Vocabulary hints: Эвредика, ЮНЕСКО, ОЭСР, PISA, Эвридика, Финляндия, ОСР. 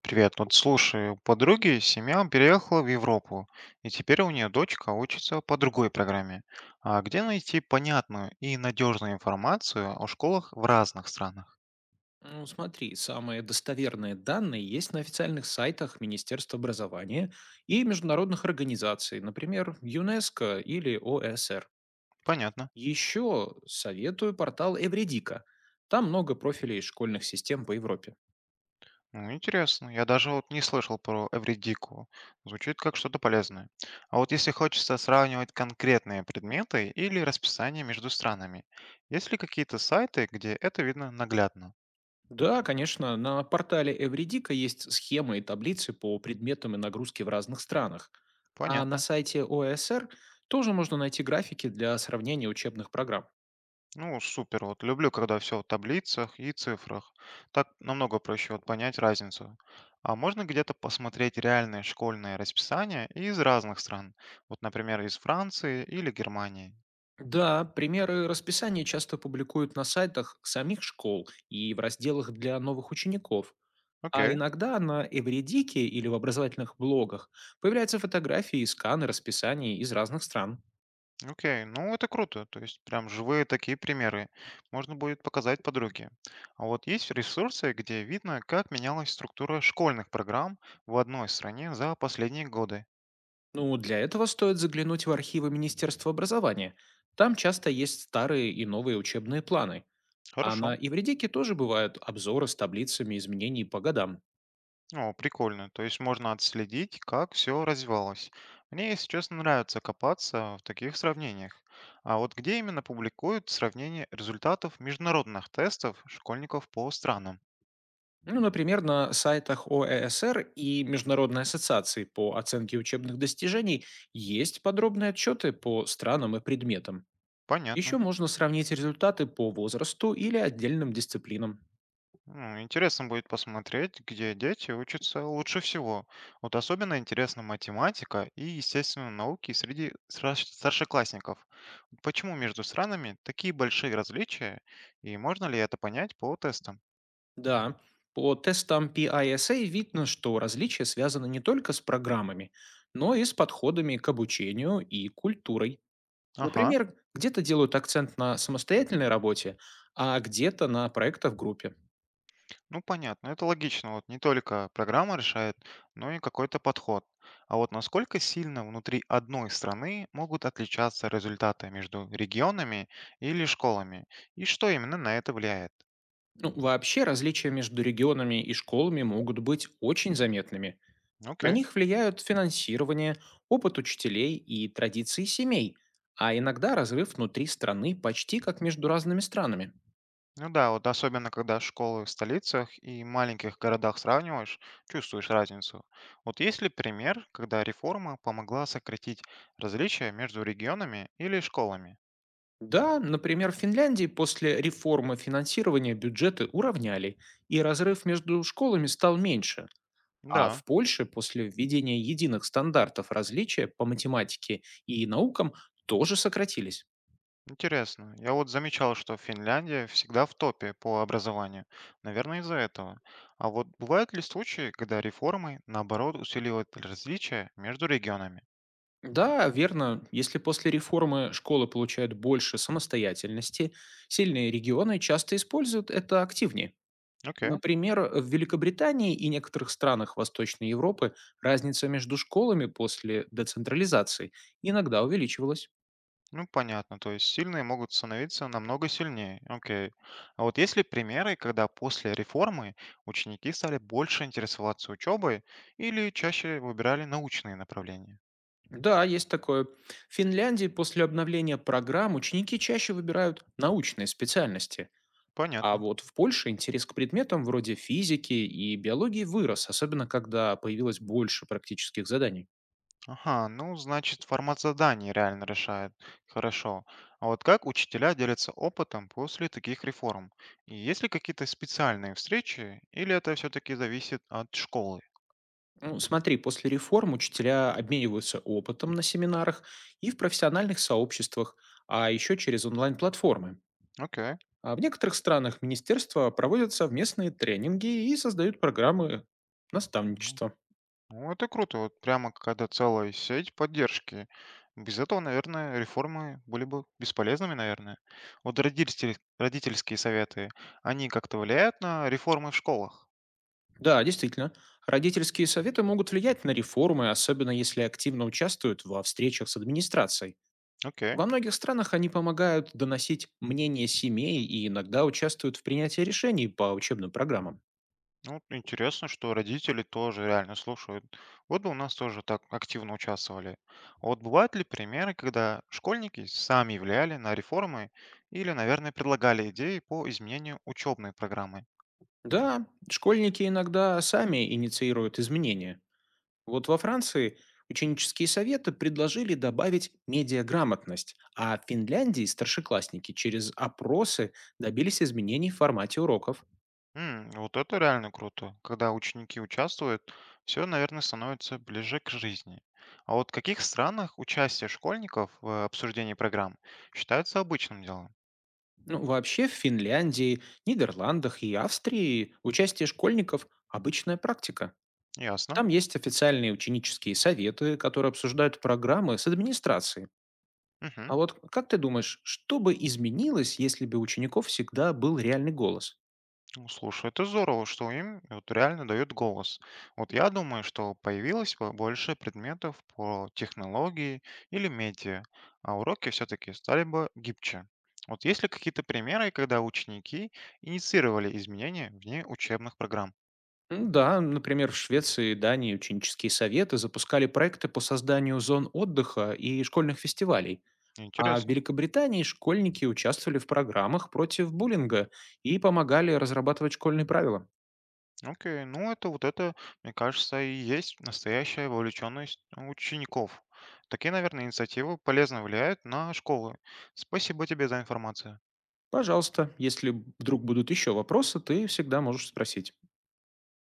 Привет. Вот слушай, у подруги семья переехала в Европу, и теперь у нее дочка учится по другой программе. А где найти понятную и надежную информацию о школах в разных странах? Ну, смотри, самые достоверные данные есть на официальных сайтах Министерства образования и международных организаций, например, ЮНЕСКО или ОСР. Понятно. Еще советую портал Эвредика. Там много профилей школьных систем по Европе. Ну, интересно. Я даже вот не слышал про Эвридику. Звучит как что-то полезное. А вот если хочется сравнивать конкретные предметы или расписание между странами, есть ли какие-то сайты, где это видно наглядно? Да, конечно, на портале Эвредика есть схемы и таблицы по предметам и нагрузке в разных странах. А на Понятно. сайте ОСР тоже можно найти графики для сравнения учебных программ. Ну, супер. Вот люблю, когда все в таблицах и цифрах. Так намного проще вот понять разницу. А можно где-то посмотреть реальные школьные расписания из разных стран? Вот, например, из Франции или Германии. Да, примеры расписания часто публикуют на сайтах самих школ и в разделах для новых учеников. А Окей, иногда на Эвредике или в образовательных блогах появляются фотографии и сканы расписаний из разных стран. окей. Ну, это круто. То есть прям живые такие примеры. Можно будет показать подруге. А вот есть ресурсы, где видно, как менялась структура школьных программ в одной стране за последние годы. Ну, для этого стоит заглянуть в архивы Министерства образования. Там часто есть старые и новые учебные планы. А Хорошо. на Эвредике тоже бывают обзоры с таблицами изменений по годам. О, прикольно. То есть можно отследить, как все развивалось. Мне, если честно, нравится копаться в таких сравнениях. А вот где именно публикуют сравнение результатов международных тестов школьников по странам? Ну, например, на сайтах ОЭСР и Международной ассоциации по оценке учебных достижений есть подробные отчеты по странам и предметам. Еще Понятно. можно сравнить результаты по возрасту или отдельным дисциплинам. Ну, интересно будет посмотреть, где дети учатся лучше всего. Вот особенно интересна математика и, естественно, науки среди старшеклассников. Вот почему между странами такие большие различия, и можно ли это понять по тестам? Да, по тестам PISA видно, что различия связаны не только с программами, но и с подходами к обучению и культурой. Ага. Например, где-то делают акцент на самостоятельной работе, а где-то на проектах в группе. Ну, понятно, это логично. Вот не только программа решает, но и какой-то подход. А вот насколько сильно внутри одной страны могут отличаться результаты между регионами или школами, и что именно на это влияет? Ну, вообще различия между регионами и школами могут быть очень заметными. На Окей. них влияют финансирование, опыт учителей и традиции семей, а иногда разрыв внутри страны почти как между разными странами. Ну да, вот особенно когда школы в столицах и маленьких городах сравниваешь, чувствуешь разницу. Вот есть ли пример, когда реформа помогла сократить различия между регионами или школами? Да, например, в Финляндии после реформы финансирования бюджеты уравняли, и разрыв между школами стал меньше, а Да. в Польше после введения единых стандартов различия по математике и наукам тоже сократились. Интересно. Я вот замечал, что Финляндия всегда в топе по образованию. Наверное, из-за этого. А вот бывают ли случаи, когда реформы, наоборот, усиливают различия между регионами? Да, верно. Если после реформы школы получают больше самостоятельности, сильные регионы часто используют это активнее. Окей. Например, в Великобритании и некоторых странах Восточной Европы разница между школами после децентрализации иногда увеличивалась. Ну, понятно. То есть сильные могут становиться намного сильнее. Окей. А вот есть ли примеры, когда после реформы ученики стали больше интересоваться учебой или чаще выбирали научные направления? Да, есть такое. В Финляндии после обновления программ ученики чаще выбирают научные специальности. А Понятно. вот в Польше интерес к предметам вроде физики и биологии вырос, особенно когда появилось больше практических заданий. Ага, ну, значит, формат заданий реально решает. Хорошо. А вот как учителя делятся опытом после таких реформ? И есть ли какие-то специальные встречи, или это все-таки зависит от школы? Ну, смотри, после реформ учителя обмениваются опытом на семинарах и в профессиональных сообществах, а еще через онлайн-платформы. Окей. А в некоторых странах министерства проводят совместные тренинги и создают программы Ну, наставничества. ну, это круто. Вот прямо какая-то целая сеть поддержки. Без этого, наверное, реформы были бы бесполезными, наверное. Вот родительские советы, они как-то влияют на реформы в школах? Да, действительно, родительские советы могут влиять на реформы, особенно если активно участвуют во встречах с администрацией. Окей. Во многих странах они помогают доносить мнение семей и иногда участвуют в принятии решений по учебным программам. Ну, вот интересно, что родители тоже реально слушают. Вот бы у нас тоже так активно участвовали. А вот бывают ли примеры, когда школьники сами влияли на реформы или, наверное, предлагали идеи по изменению учебной программы? Да, школьники иногда сами инициируют изменения. Вот во Франции ученические советы предложили добавить медиаграмотность, а в Финляндии старшеклассники через опросы добились изменений в формате уроков. М, вот это реально круто. Когда ученики участвуют, все, наверное, становится ближе к жизни. А вот в каких странах участие школьников в обсуждении программ считается обычным делом? Ну, вообще в Финляндии, Нидерландах и Австрии участие школьников– обычная практика. Ясно. Там есть официальные ученические советы, которые обсуждают программы с администрацией. Мгм. А вот как ты думаешь, что бы изменилось, если бы у учеников всегда был реальный голос? Ну, слушай, это здорово, что им вот реально дают голос. Вот я думаю, что появилось бы больше предметов по технологии или медиа, а уроки все-таки стали бы гибче. Вот есть ли какие-то примеры, когда ученики инициировали изменения вне учебных программ? М, да, например, в Швеции и Дании ученические советы запускали проекты по созданию зон отдыха и школьных фестивалей. А в Интересно. Великобритании школьники участвовали в программах против буллинга и помогали разрабатывать школьные правила. Окей, ну это, мне кажется, и есть настоящая вовлеченность учеников. Такие, наверное, инициативы полезно влияют на школы. Спасибо тебе за информацию. Пожалуйста, если вдруг будут еще вопросы, ты всегда можешь спросить.